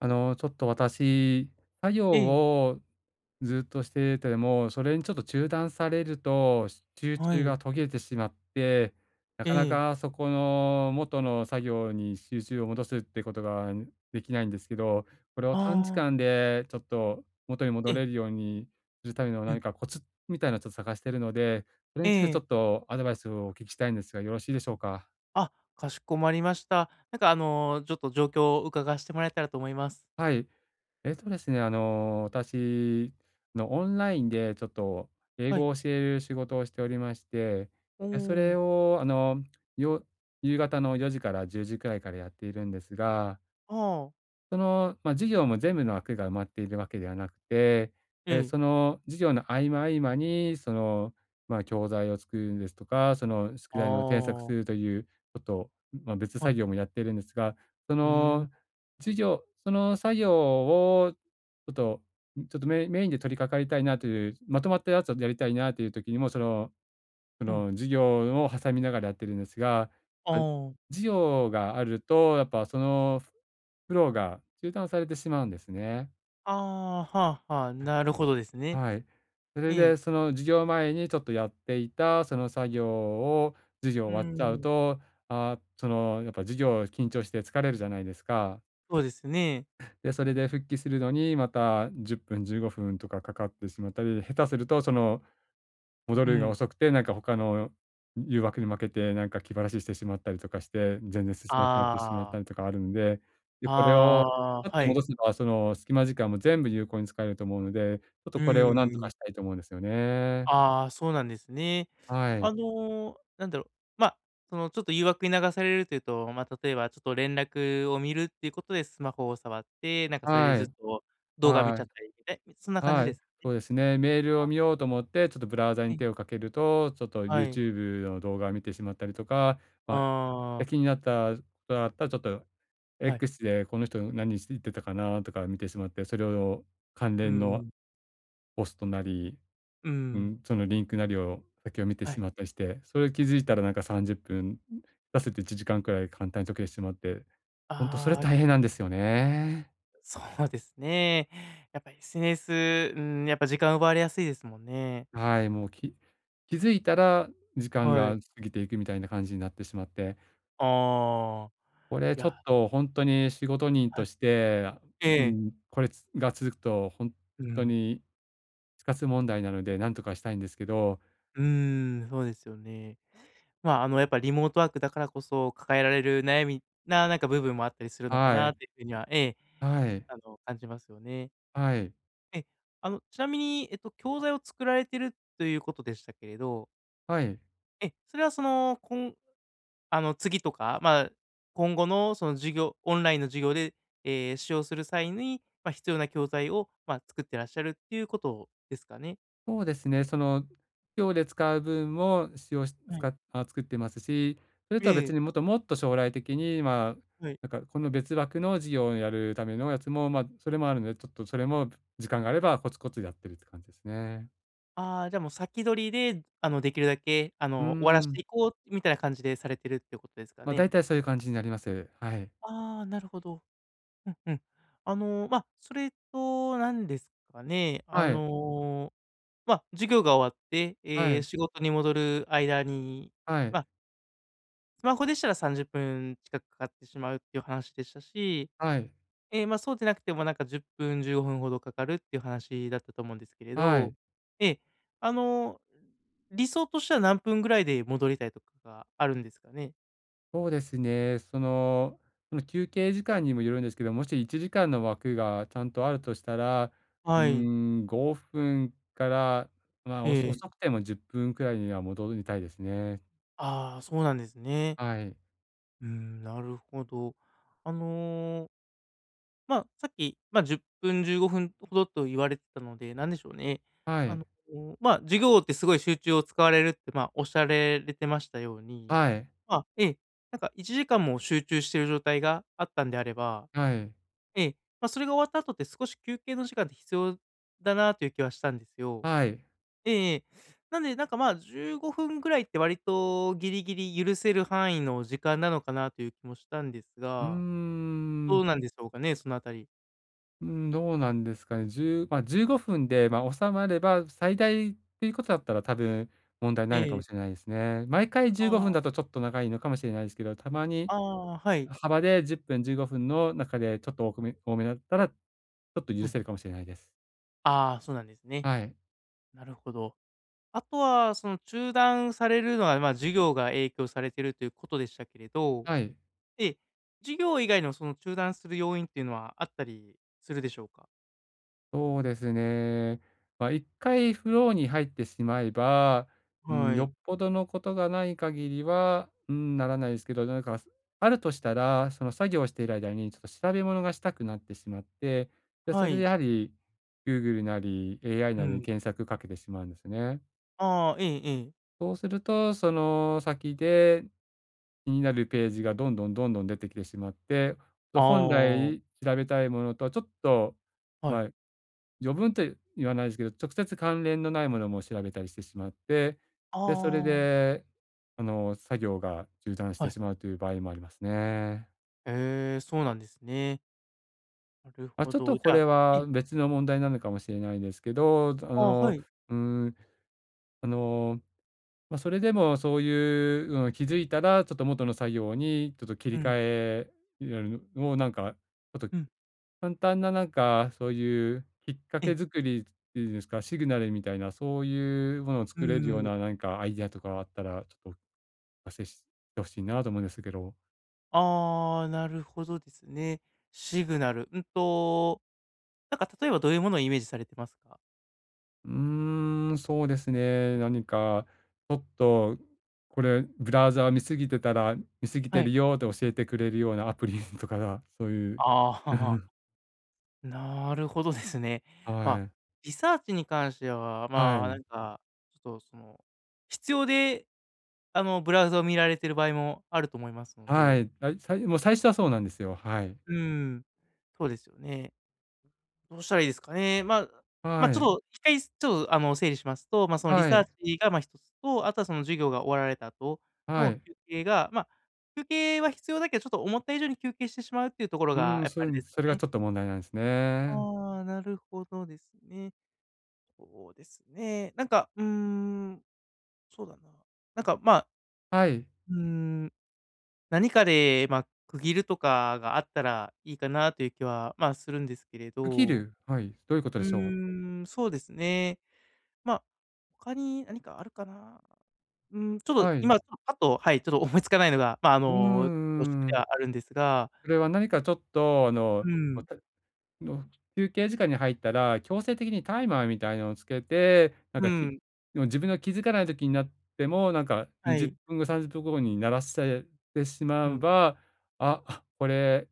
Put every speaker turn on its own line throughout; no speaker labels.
ちょっと私、作業
ええ、
をずっとしてても、それにちょっと中断されると、集
は
中
い。
が途切れてしまって、な
え
かな
え。
かそこの元の作業に集中を戻すってことができないんですけど、これを
あ
短時
あ、
間でちょっと元に戻
ええ、
れるようにするための
うん、
何かコツみたいなのをちょっと探しているので、それ
え
についてちょ
え。
っとアドバイスをお聞きしたいんですが、よろしいでしょうか？
あ、かしこまりました。なんかあの、ちょっと状況を伺わしてもらえたらと思います。
はい。えっとですね、あの、私のオンラインでちょっと英
は
語
い。
を教える仕事をしておりまして、
お
で、それ
お、
をよ夕方の4時から10時くらいからやっているんですが、
ああ、
その、まあ、授業も全部の枠が埋まっているわけではなくて、
え
え、
え。
その授業の合間合間に、その、まあ、教材を作るんですとか、その
あ
宿題の添削す
あ、
るということを、まあ、別
は
作
い。
業もやっているんですが、そ
うーん、
の授業その作業をょっと、ちょっとメインで取り掛かりたいなという、まとまったやつをやりたいなという時にも、そ
うん。
の授業を挟みながらやってるんですが、
あ
あ、
あ、
授業があると、やっぱそのフローが中断されてしまうんですね。
ああ、はあはあ、なるほどですね。
はい。それ
え
で
え、
その授業前にちょっとやっていたその作業を、授業
うー
終わっちゃう
ん、
と、あ、そのやっぱ授業緊張して疲れるじゃないですか。
そうですね。
で、それで復帰するのにまた10分、15分とかかかってしまったり、下手するとその戻
う
るのが
ん。
遅くて、なんか他の誘惑に負けて、なんか気晴らししてしまったりとかして、全然進まなくなってしまっ
ああ、
たりとかあるので、で、これを
ああ、
パッ
は
と戻
い。
せば、その隙間時間も全部有効に使えると思うので、ちょっ
う
とこれをなんと
ー
かし
ん。
たいと思うんですよね。
ああ、そうなんですね。
は
あ
い。
のの、なんだろう、まあ、その、ちょっと誘惑に流されるというと、まあ、例えばちょっと連絡を見るっていうことでスマホを触って、なんかそれで
は
ずっ
い。
と動画見ち
は
ゃっ
い。
たりみたいそんな感じ
は
で
い、
すかね？
そうですね。メールを見ようと思って、ちょっとブラウザ
は
に
い。
手をかけると、ちょっと
はい。
YouTube の動画を見てしまったりとか、まあ、
ああ、
気になったことがあったら、ちょっと
はい。
X でこの人何してたかなとか見てしまって、それを関
うん
連
う
の
ん。
ポストなり、うん、そのリンクなりを先を見て
は
し
い。
まったりして、それ気づいたらなんか30分、出せて1時間くらい簡単に解けてしまって、本当それ
ああ、
大変なんですよね。
そうですね。やっぱ SNS、うん、やっぱ時間奪われやすいですもんね。
はい、もうき気づいたら時間
は
が
い。
過ぎていくみたいな感じになってしまって、
ああ、
これ
い
ちょ
や、
っとほんとに仕事人
は
と
い。
して、
え
う
え。
ん、これつが続くとほん
う
と
ん。
に死活問題なので、なんとかしたいんですけど。
うーん、そうですよね。まあ、あの、やっぱリモートワークだからこそ抱えられる悩みな、なんか部分もあったりするのか
は
なっ
い、
ていうふうには、ええ、
はい、
あの、感じますよね。
はい、
え、あの、ちなみに、えっと、教材を作られてるということでしたけれど、
はい。
え、それはその、こんあの、次とか、まあ、今後のその授業オンラインの授業で、使用する際に、まあ、必要な教材を、まあ、作ってらっしゃるっていうことですかね？
そうですね、その、今日で使う分も使用し
はい。
使っあ、作ってますし、それ
え
とは
え、
別にもっともっと将来的に、まあ、
はい。
なんかこの別枠の事業をやるためのやつも、それもあるので、ちょっとそれも時間があればコツコツやってるって感じですね。
ああ、じゃあもう先取りで、あの、できるだけ、あ
うー
の、終わらして
ん。
いこうみたいな感じでされてるってことですかね？
大体そういう感じになります。はい。
ああ、なるほど。うんうん。あの、まあ、それと何ですかね、あ
はい。
の、まあ、授業が終わって、
は
えー
い。
仕事に戻る間に、
はい。
まあ、スマホでしたら30分近くかかってしまうっていう話でしたし
はい。
ま、そうでなくてもなんか10分、15分ほどかかるっていう話だったと思うんですけれ
は
ど、
い。
ええ、あの、理想としては何分ぐらいで戻りたいとかがあるんですかね？
そうですね。その休憩時間にもよるんですけど、もし1時間の枠がちゃんとあるとしたら、うー
はい、
ん、5分から、まあ、
え
遅
え。
くても10分くらいには戻りたいですね。
ああ、そうなんですね。
はい。
うーん、なるほど。あのーまあ、さっき、まあ、10分、15分ほどと言われてたので、なんでしょうね。
は
あ
い。
の、まあ、授業ってすごい集中を使われるって、まあ、おっしゃられてましたように、
はい。
まあ、ええ、なんか1時間も集中している状態があったんであれば、
はい。
ええ、まあ、それが終わった後って少し休憩の時間って必要だなという気はしたんですよ。
はい。
ええ。なんで、なんか、まあ、15分ぐらいって割とギリギリ許せる範囲の時間なのかなという気もしたんです
うー
が、どう
ん。
なんでしょうかね、そのあたり。
うーん、どうなんですかね。10まあ、15分で、まあ、収まれば、最大っていうことだったら、多分問題ないの
え
か
え。
もしれないですね。毎回15分
あ
だとちょっと長いのかもしれないですけど、たまに
ああ、はい。
幅で10分、15分の中でちょっと多めだったら、ちょっと
う
許
ん。
せるかもしれないです。
ああ、そうなんですね。
はい。
なるほど。あとは、その中断されるのは、まあ、授業が影響されてるということでしたけれど、
はい。
え授業以外のその中断する要因っていうのはあったりするでしょうか？
そうですね。ま、1回フローに入ってしまえば、う
は
ん、よ
い。
っぽどのことがない限りは、うん、ならないですけど、なんか、あるとしたら、その作業している間にちょっと調べ物がしたくなってしまって、で、
は
それで
い。
やはり Google なり AI
う
なりに
ん。
検索かけてしまうんですね。
ああ、ええええ。
そうすると、その先で気になるページがどんどんどんどん出てきてしまって、
ああ、
本
は
来調べたいものとはちょっと、
い。
まあ、余分と言わないですけど、直接関連のないものも調べたりしてしまって、
あ
で、それ
あ、
で、あの、作業が中断し
は
て
い。
しまうという場合もありますね。
ええ、そうなんですね。なる
ま、
ほ
ちょっ
ど。
と
じ
こ
ゃあ
れ
ええ、
は別の問題なのかもしれないですけど、
ああ、はい。
うん、あの、まあ、それでもそういう、うん、気づいたら、ちょっと元の作業にちょっと切り
う
替
ん、
えるのをなんか、ちょっと
うん、
簡単ななんか、そういうきっか
ええ、
け作りっていうんですか、シグナルみたいな、そういうものを
うー
作れるよう
ん。
な何かアイデアとかあったら、ちょっとお聞かせほしいなと思うんですけど。
ああ、なるほどですね。シグナル。なんか例えばどういうものをイメージされてますか？
うーん、そうですね。何かちょっと、これブラウザ見過ぎ
は
て
い。
るよって教えてくれるようなアプリとかが、そういう。う
あ
ん、
あ、なるほどですね。まあ、
はい。
リサーチに関しては、
は
まあ、な
い。
んか、ちょっとその、必要で、あの、ブラウザを見られてる場合もあると思いますの
は
で、
い。あいさいもう最初はそうなんですよ。はい。
うん、そうですよね。どうしたらいいですかね。まあ、
は
ちょ
い。
っと一回ちょっとあの、整理しますと、まあ、そのリ
は
サー
い。
チがまあ、一つと、あとはその授業が終わられた後
は
の
い。
休憩が、まあ、休憩は必要だけど、ちょっと思った以上に休憩してしまうっていうところ
う
が
ーん、
やっぱあれですか
それが
ね。
ちょっと問題なんですね。
ああ、なるほどですね。そうですね。なんか、うーん、そうだな。なんか、まあ、
はい。
うーん、何かで、まあ、区切るとかがあったらいいかなという気は、まあ、するんですけれ
区切
ど。
る、はい、どういうこと
う
でしょう？
ーん、そうですね。まあ、他に何かあるかな？うん、ちょっと
はい。
今ちょっとパッと、はい、ちょっと思いつかないのが、まあ、あ
う
の、恐縮
ん
で
ん
はあるんですが、
それは何かちょっと、あの、
うん、
またの休憩時間に入ったら、強制的にタイマーみたいなのをつけて、なん
う
か、
ん、
の自分の気づかない時になっても、なんか
は
20
い、
分後、30分後に鳴らしてし
う
まえ
ん、
ば、これ、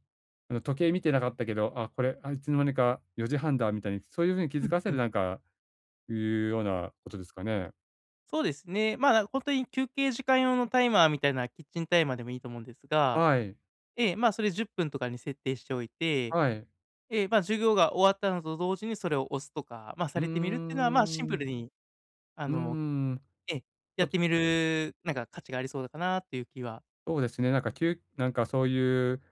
時計見てなかったけど、あ、これ、あ、いつの間にか4時半だみたいに、そういう風に気
う
づ
ん
かせ
う
る、
ん。
なんかいうようなことですかね？
そうですね。まあ、なんほに休憩時間用のタイマーみたいなキッチンタイマーでもいいと思うんですが、
はい、
ええ、まあ、それ10分とかに設定しておいて、
はい。
ええ、まあ、授業が終わったのと同時にそれを押すとか、まあ、さ
うー
れてみるっていうのは、まあ、シンプ
ん、
ルに、あ
うー
の、
ん。
ええ、やっ
そ
てみる、なんか価値がありそうだかなっていう気は
そうですね、なんかきゅうなんかそういう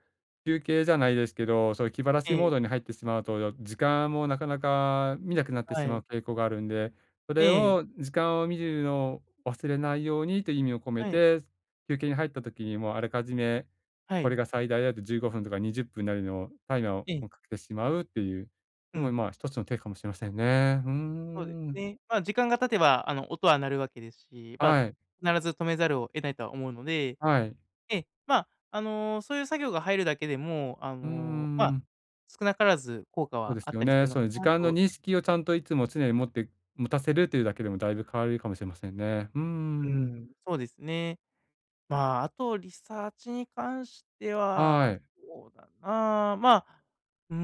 休憩じゃないですけど、そういう気晴ら
え
しモードに
え、
入ってしまうと、時間もなかなか見なくなって
は
しまう
い。
傾向があるんで、そ
え
れ
え、
を時間を見るのを忘れないようにという意味を込め
はい。
て、休憩に入った時にもうあらかじめ、
は
こ
い。
れが最大だと15分とか20分なりのをタイマー
ええ、
をかけてしまうっていう
う
のも、
ん、
まあ、一つの手かもしれませんね。うー
そうです
ん。
ね。まあ、時間が経てば、あの、音は鳴るわけですし、まあ、
はい、
必ず止めざるを得ないとは思うので、
はい。
ええ、まあ、あの、そういう作業が入るだけでも、あ
うー
の、まあ、
ん、
少なからず効果
そう
は
で
あ
す
っ
よ
たりす
ね。
るの
そ
か
の時
な
間の
と
認識をちゃんといつも常に持って持たせるというだけでもだいぶ変わるかもしれませんね。うー
う
ん。
ん、そうですね。まあ、あとリサーチに関して
は
は、
い。
そうだな、まあ、うー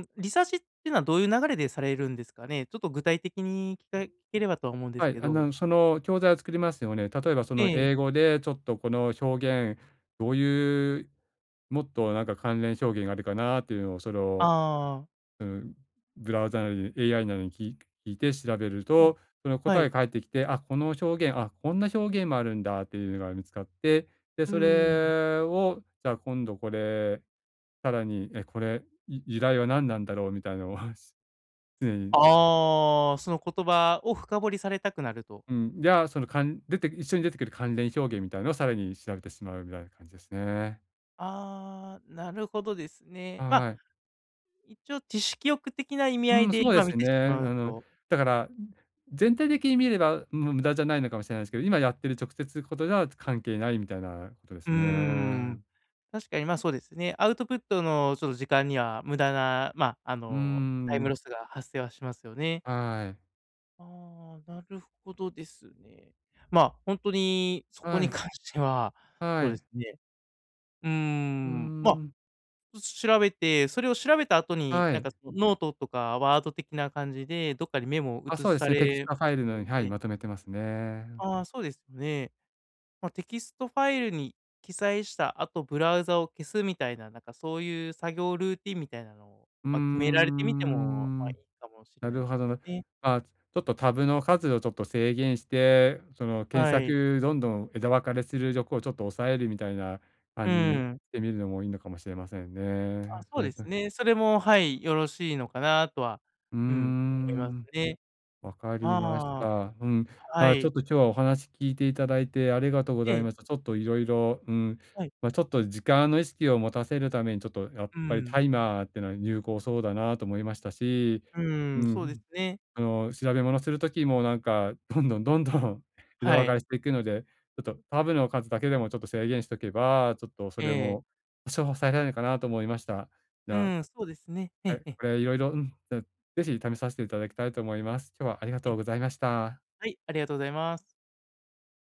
ん、リサーチっていうのはどういう流れでされるんですかね？ちょっと具体的に聞ければとは思うんです
はい、
け
あ
ど。
の、その教材を作りますよね。例えばその
え
英
え、
語でちょっとこの表現、どういうもっとなんか関連表現があるかなっていうのをその
ああ。
うん、ブラウザなり AI なりに聞いて調べる
あ、
と、その
は
答え
い。
が返ってきて、あ、この表現、あ、こんな表現もあるんだっていうのが見つかって、で、
うー
そ
ん。
れを、じゃあ今度これ、さらに、え、これ、由来は何なんだろうみたいなのを 常に、
ああ、その言葉を深掘りされたくなると。
うん、じゃあ、そのかん出て一緒に出てくる関連表現みたいなのをさらに調べてしまうみたいな感じですね。
ああ、なるほどですね。まあ、
はい。
一応知識欲的な意味
う
合い
ん、
で、
そう
ま、
で
見
す
て
ね。
しまう
あの、
と。
だから、全体的に見れば、無駄じゃないのかもしれないですけど、今やってる直接ことでは関係ないみたいなことで
う
す
ー
ね。
ん、確かに、ま、そうですね。アウトプットのちょっと時間には無駄な、ま、あ
うー
の、タイム
ん。
ロスが発生はしますよね。
はい。
ああ、なるほどですね。まあ、ほんとにそこ
は
に
い。
関しては、そ
は
うで
い。
すね。うー
うー
ん、ま
ん。
調べて、それを調べた後に、
は
なんか
い。
そのノートとかワード的な感じで、どっかにメモを
あ、
移
そうで
さ
すね、テキス
れ
トフ
ま
ァ
す
イルのよ
よ
うに、はい、
ね。
まとめてますね。
ああ、そうですよね。まあ、テキストファイルに記載した後、ブラウザを消すみたいな、なんかそういう作業ルーティンみたいなのを、
うー
まあ、決められてみても、ま
ん。
あ、いいかもしれ
な
ないで
る
す
ほどな。
ね。
まあ、ちょっとタブの数をちょっと制限して、その検
はい。
索どんどん枝分かれする力をちょっと抑えるみたいな
う
感じにし
ん。
てみるのもいいのかもしれません
あ、
ね。
そう
そうやっ
で
て
すね。それも、はい、よろしいのかなとは、
うー
うん、思います
ん、
ね。
わかりまし
ああ、
た。うん。
は
まあ、ちょ
い。
っと今日はお話聞いていただいてありがとうござい
え、
ました。ちょっといろいろ、うん、
はい。
まあ、ちょっと時間の意識を持たせるために、ちょっとやっ
う
ぱり
ん。
タイマーってのは有効そうだなと思いましたし、
うー
う
ん、そうです
ん。
ね。
あの、調べ物する時もなんか、どんどんどんどん 枝
は
分か
い。
れしていくので、ちょっとタブの数だけでもちょっと制限しとけば、ちょっとそ
え
れ
え。
も多少抑えられるかなと思いました。じ
う
ゃ
ん、そうですね。え
あ、は
え
い、
ええ。
これいろいろうん、じゃ、ぜひ試させていただきたいと思います。今日はありが
え
とうご
え。
ざいました。
はい、ありがとうございます。